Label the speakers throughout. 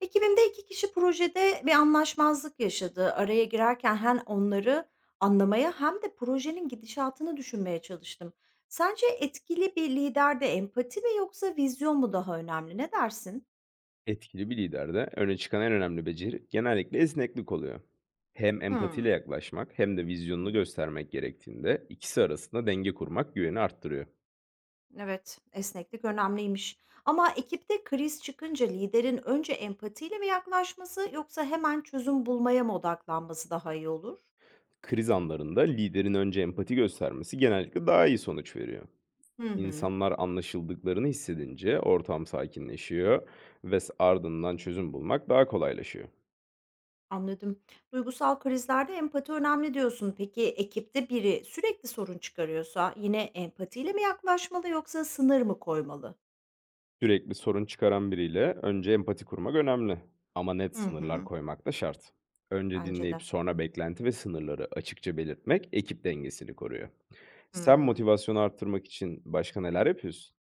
Speaker 1: Ekibimde 2 kişi projede bir anlaşmazlık yaşadı. Araya girerken hem onları anlamaya hem de projenin gidişatını düşünmeye çalıştım. Sence etkili bir liderde empati mi yoksa vizyon mu daha önemli? Ne dersin?
Speaker 2: Etkili bir liderde öne çıkan en önemli beceri genellikle esneklik oluyor. Hem empatiyle
Speaker 1: Hmm,
Speaker 2: yaklaşmak hem de vizyonunu göstermek gerektiğinde ikisi arasında denge kurmak güveni arttırıyor.
Speaker 1: evet, esneklik önemliymiş. Ama ekipte kriz çıkınca liderin önce empatiyle mi yaklaşması yoksa hemen çözüm bulmaya mı odaklanması daha iyi olur?
Speaker 2: Kriz anlarında liderin önce empati göstermesi genellikle daha iyi sonuç veriyor.
Speaker 1: Hı hı.
Speaker 2: İnsanlar anlaşıldıklarını hissedince ortam sakinleşiyor ve ardından çözüm bulmak daha kolaylaşıyor.
Speaker 1: Anladım. Duygusal krizlerde empati önemli diyorsun. Peki ekipte biri sürekli sorun çıkarıyorsa yine empatiyle mi yaklaşmalı yoksa sınır mı koymalı?
Speaker 2: Sürekli sorun çıkaran biriyle önce empati kurmak önemli, ama net
Speaker 1: Hı
Speaker 2: sınırlar
Speaker 1: hı.
Speaker 2: koymak da şart. Önce
Speaker 1: Bence
Speaker 2: dinleyip
Speaker 1: de.
Speaker 2: sonra beklenti ve sınırları açıkça belirtmek ekip dengesini koruyor. Sen
Speaker 1: Hmm.
Speaker 2: motivasyonu arttırmak için başka neler yapıyorsun?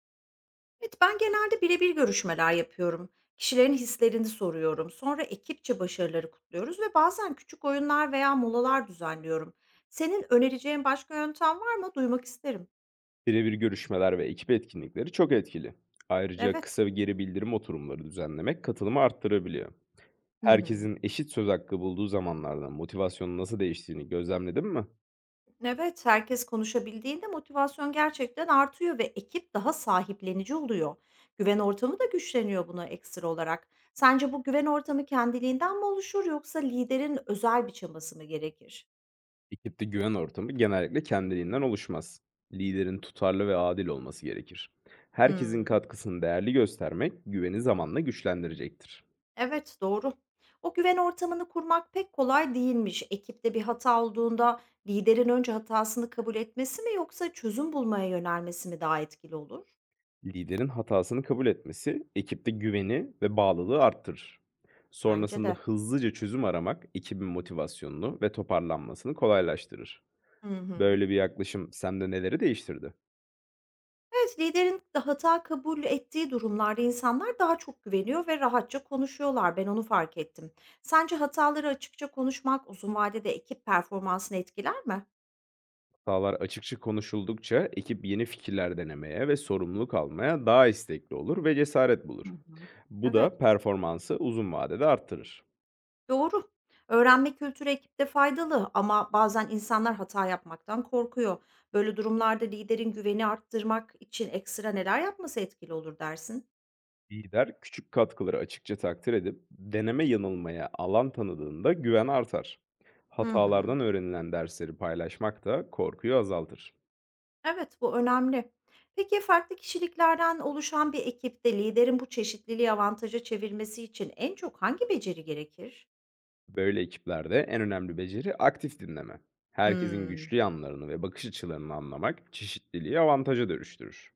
Speaker 1: Evet, ben genelde birebir görüşmeler yapıyorum. Kişilerin hislerini soruyorum. Sonra ekipçe başarıları kutluyoruz ve bazen küçük oyunlar veya molalar düzenliyorum. Senin önereceğin başka yöntem var mı? Duymak isterim.
Speaker 2: Birebir görüşmeler ve ekip etkinlikleri çok etkili. Ayrıca
Speaker 1: Evet.
Speaker 2: kısa bir geri bildirim oturumları düzenlemek katılımı arttırabiliyor.
Speaker 1: Hı hı.
Speaker 2: Herkesin eşit söz hakkı bulduğu zamanlarda motivasyonun nasıl değiştiğini gözlemledin mi?
Speaker 1: Evet, herkes konuşabildiğinde motivasyon gerçekten artıyor ve ekip daha sahiplenici oluyor. Güven ortamı da güçleniyor buna ekstra olarak. Sence bu güven ortamı kendiliğinden mi oluşur yoksa liderin özel bir çabası mı gerekir?
Speaker 2: Ekipte güven ortamı genellikle kendiliğinden oluşmaz. Liderin tutarlı ve adil olması gerekir. Herkesin
Speaker 1: Hmm,
Speaker 2: katkısını değerli göstermek güveni zamanla güçlendirecektir.
Speaker 1: evet doğru. O güven ortamını kurmak pek kolay değilmiş. Ekipte bir hata olduğunda liderin önce hatasını kabul etmesi mi yoksa çözüm bulmaya yönelmesi mi daha etkili olur?
Speaker 2: Liderin hatasını kabul etmesi ekipte güveni ve bağlılığı arttırır.
Speaker 1: Bence
Speaker 2: Sonrasında
Speaker 1: de.
Speaker 2: hızlıca çözüm aramak ekibin motivasyonunu ve toparlanmasını kolaylaştırır.
Speaker 1: Hı hı.
Speaker 2: Böyle bir yaklaşım sende neleri değiştirdi?
Speaker 1: Evet, liderin de hata kabul ettiği durumlarda insanlar daha çok güveniyor ve rahatça konuşuyorlar. Ben onu fark ettim. Sence hataları açıkça konuşmak uzun vadede ekip performansını etkiler mi?
Speaker 2: Hatalar açıkça konuşuldukça ekip yeni fikirler denemeye ve sorumluluk almaya daha istekli olur ve cesaret
Speaker 1: Hı
Speaker 2: bulur.
Speaker 1: hı.
Speaker 2: Bu
Speaker 1: Evet,
Speaker 2: da performansı uzun vadede arttırır.
Speaker 1: doğru. Öğrenme kültürü ekipte faydalı ama bazen insanlar hata yapmaktan korkuyor. Böyle durumlarda liderin güveni arttırmak için ekstra neler yapması etkili olur dersin?
Speaker 2: Lider küçük katkıları açıkça takdir edip deneme yanılmaya alan tanıdığında güven artar.
Speaker 1: Hı hı.
Speaker 2: Hatalardan öğrenilen dersleri paylaşmak da korkuyu azaltır.
Speaker 1: Evet, bu önemli. Peki farklı kişiliklerden oluşan bir ekipte liderin bu çeşitliliği avantaja çevirmesi için en çok hangi beceri gerekir?
Speaker 2: Böyle ekiplerde en önemli beceri aktif dinleme. Herkesin
Speaker 1: Hmm,
Speaker 2: güçlü yanlarını ve bakış açılarını anlamak çeşitliliği avantaja dönüştürür.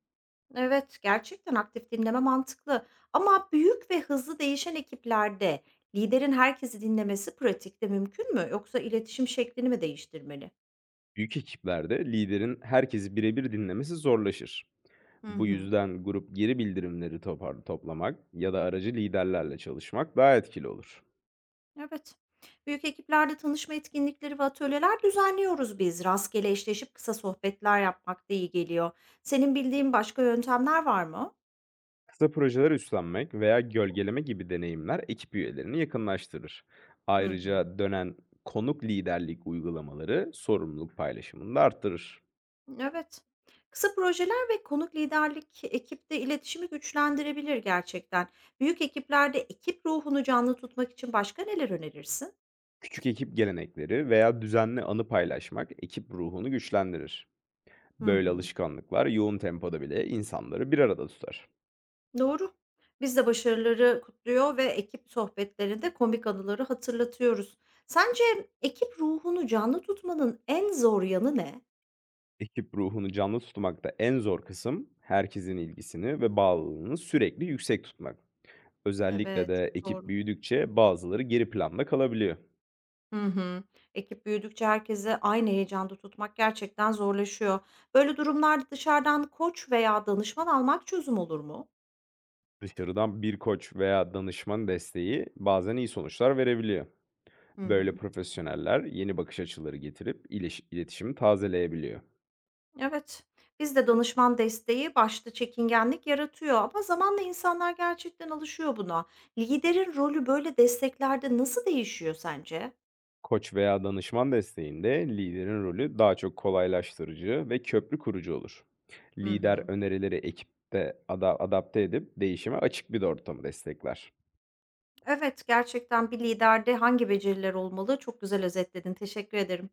Speaker 1: evet, gerçekten aktif dinleme mantıklı. Ama büyük ve hızlı değişen ekiplerde liderin herkesi dinlemesi pratikte mümkün mü? Yoksa iletişim şeklini mi değiştirmeli?
Speaker 2: Büyük ekiplerde liderin herkesi birebir dinlemesi zorlaşır.
Speaker 1: Hı
Speaker 2: Bu
Speaker 1: hı.
Speaker 2: yüzden grup geri bildirimleri toplamak ya da aracı liderlerle çalışmak daha etkili olur.
Speaker 1: Evet. Büyük ekiplerde tanışma etkinlikleri ve atölyeler düzenliyoruz biz. Rastgele eşleşip kısa sohbetler yapmak da iyi geliyor. Senin bildiğin başka yöntemler var mı?
Speaker 2: Kısa projeler üstlenmek veya gölgeleme gibi deneyimler ekip üyelerini yakınlaştırır.
Speaker 1: Hı hı.
Speaker 2: Ayrıca dönen konuk liderlik uygulamaları sorumluluk paylaşımını da arttırır.
Speaker 1: Evet. Kısa projeler ve konuk liderlik ekipte iletişimi güçlendirebilir gerçekten. Büyük ekiplerde ekip ruhunu canlı tutmak için başka neler önerirsin?
Speaker 2: Küçük ekip gelenekleri veya düzenli anı paylaşmak ekip ruhunu güçlendirir.
Speaker 1: Hı
Speaker 2: Böyle
Speaker 1: hı.
Speaker 2: alışkanlıklar yoğun tempoda bile insanları bir arada tutar.
Speaker 1: Doğru. Biz de başarıları kutluyor ve ekip sohbetlerinde komik anıları hatırlatıyoruz. Sence ekip ruhunu canlı tutmanın en zor yanı ne?
Speaker 2: Ekip ruhunu canlı tutmakta en zor kısım herkesin ilgisini ve bağlılığını sürekli yüksek tutmak. Özellikle
Speaker 1: Evet,
Speaker 2: de
Speaker 1: çok
Speaker 2: ekip
Speaker 1: doğru.
Speaker 2: büyüdükçe bazıları geri planda kalabiliyor.
Speaker 1: Hı hı. Ekip büyüdükçe herkese aynı heyecanda tutmak gerçekten zorlaşıyor. Böyle durumlarda dışarıdan koç veya danışman almak çözüm olur mu?
Speaker 2: Dışarıdan bir koç veya danışman desteği bazen iyi sonuçlar verebiliyor.
Speaker 1: Hı
Speaker 2: Böyle
Speaker 1: hı.
Speaker 2: profesyoneller yeni bakış açıları getirip iletişimi tazeleyebiliyor.
Speaker 1: Evet, bizde danışman desteği başta çekingenlik yaratıyor ama zamanla insanlar gerçekten alışıyor buna. Liderin rolü böyle desteklerde nasıl değişiyor sence?
Speaker 2: Koç veya danışman desteğinde liderin rolü daha çok kolaylaştırıcı ve köprü kurucu olur.
Speaker 1: Hı
Speaker 2: Lider
Speaker 1: hı.
Speaker 2: önerileri ekipte adapte edip değişime açık bir ortamı destekler.
Speaker 1: Evet, gerçekten bir liderde hangi beceriler olmalı? Çok güzel özetledin. Teşekkür ederim.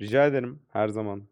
Speaker 2: Rica ederim, her zaman.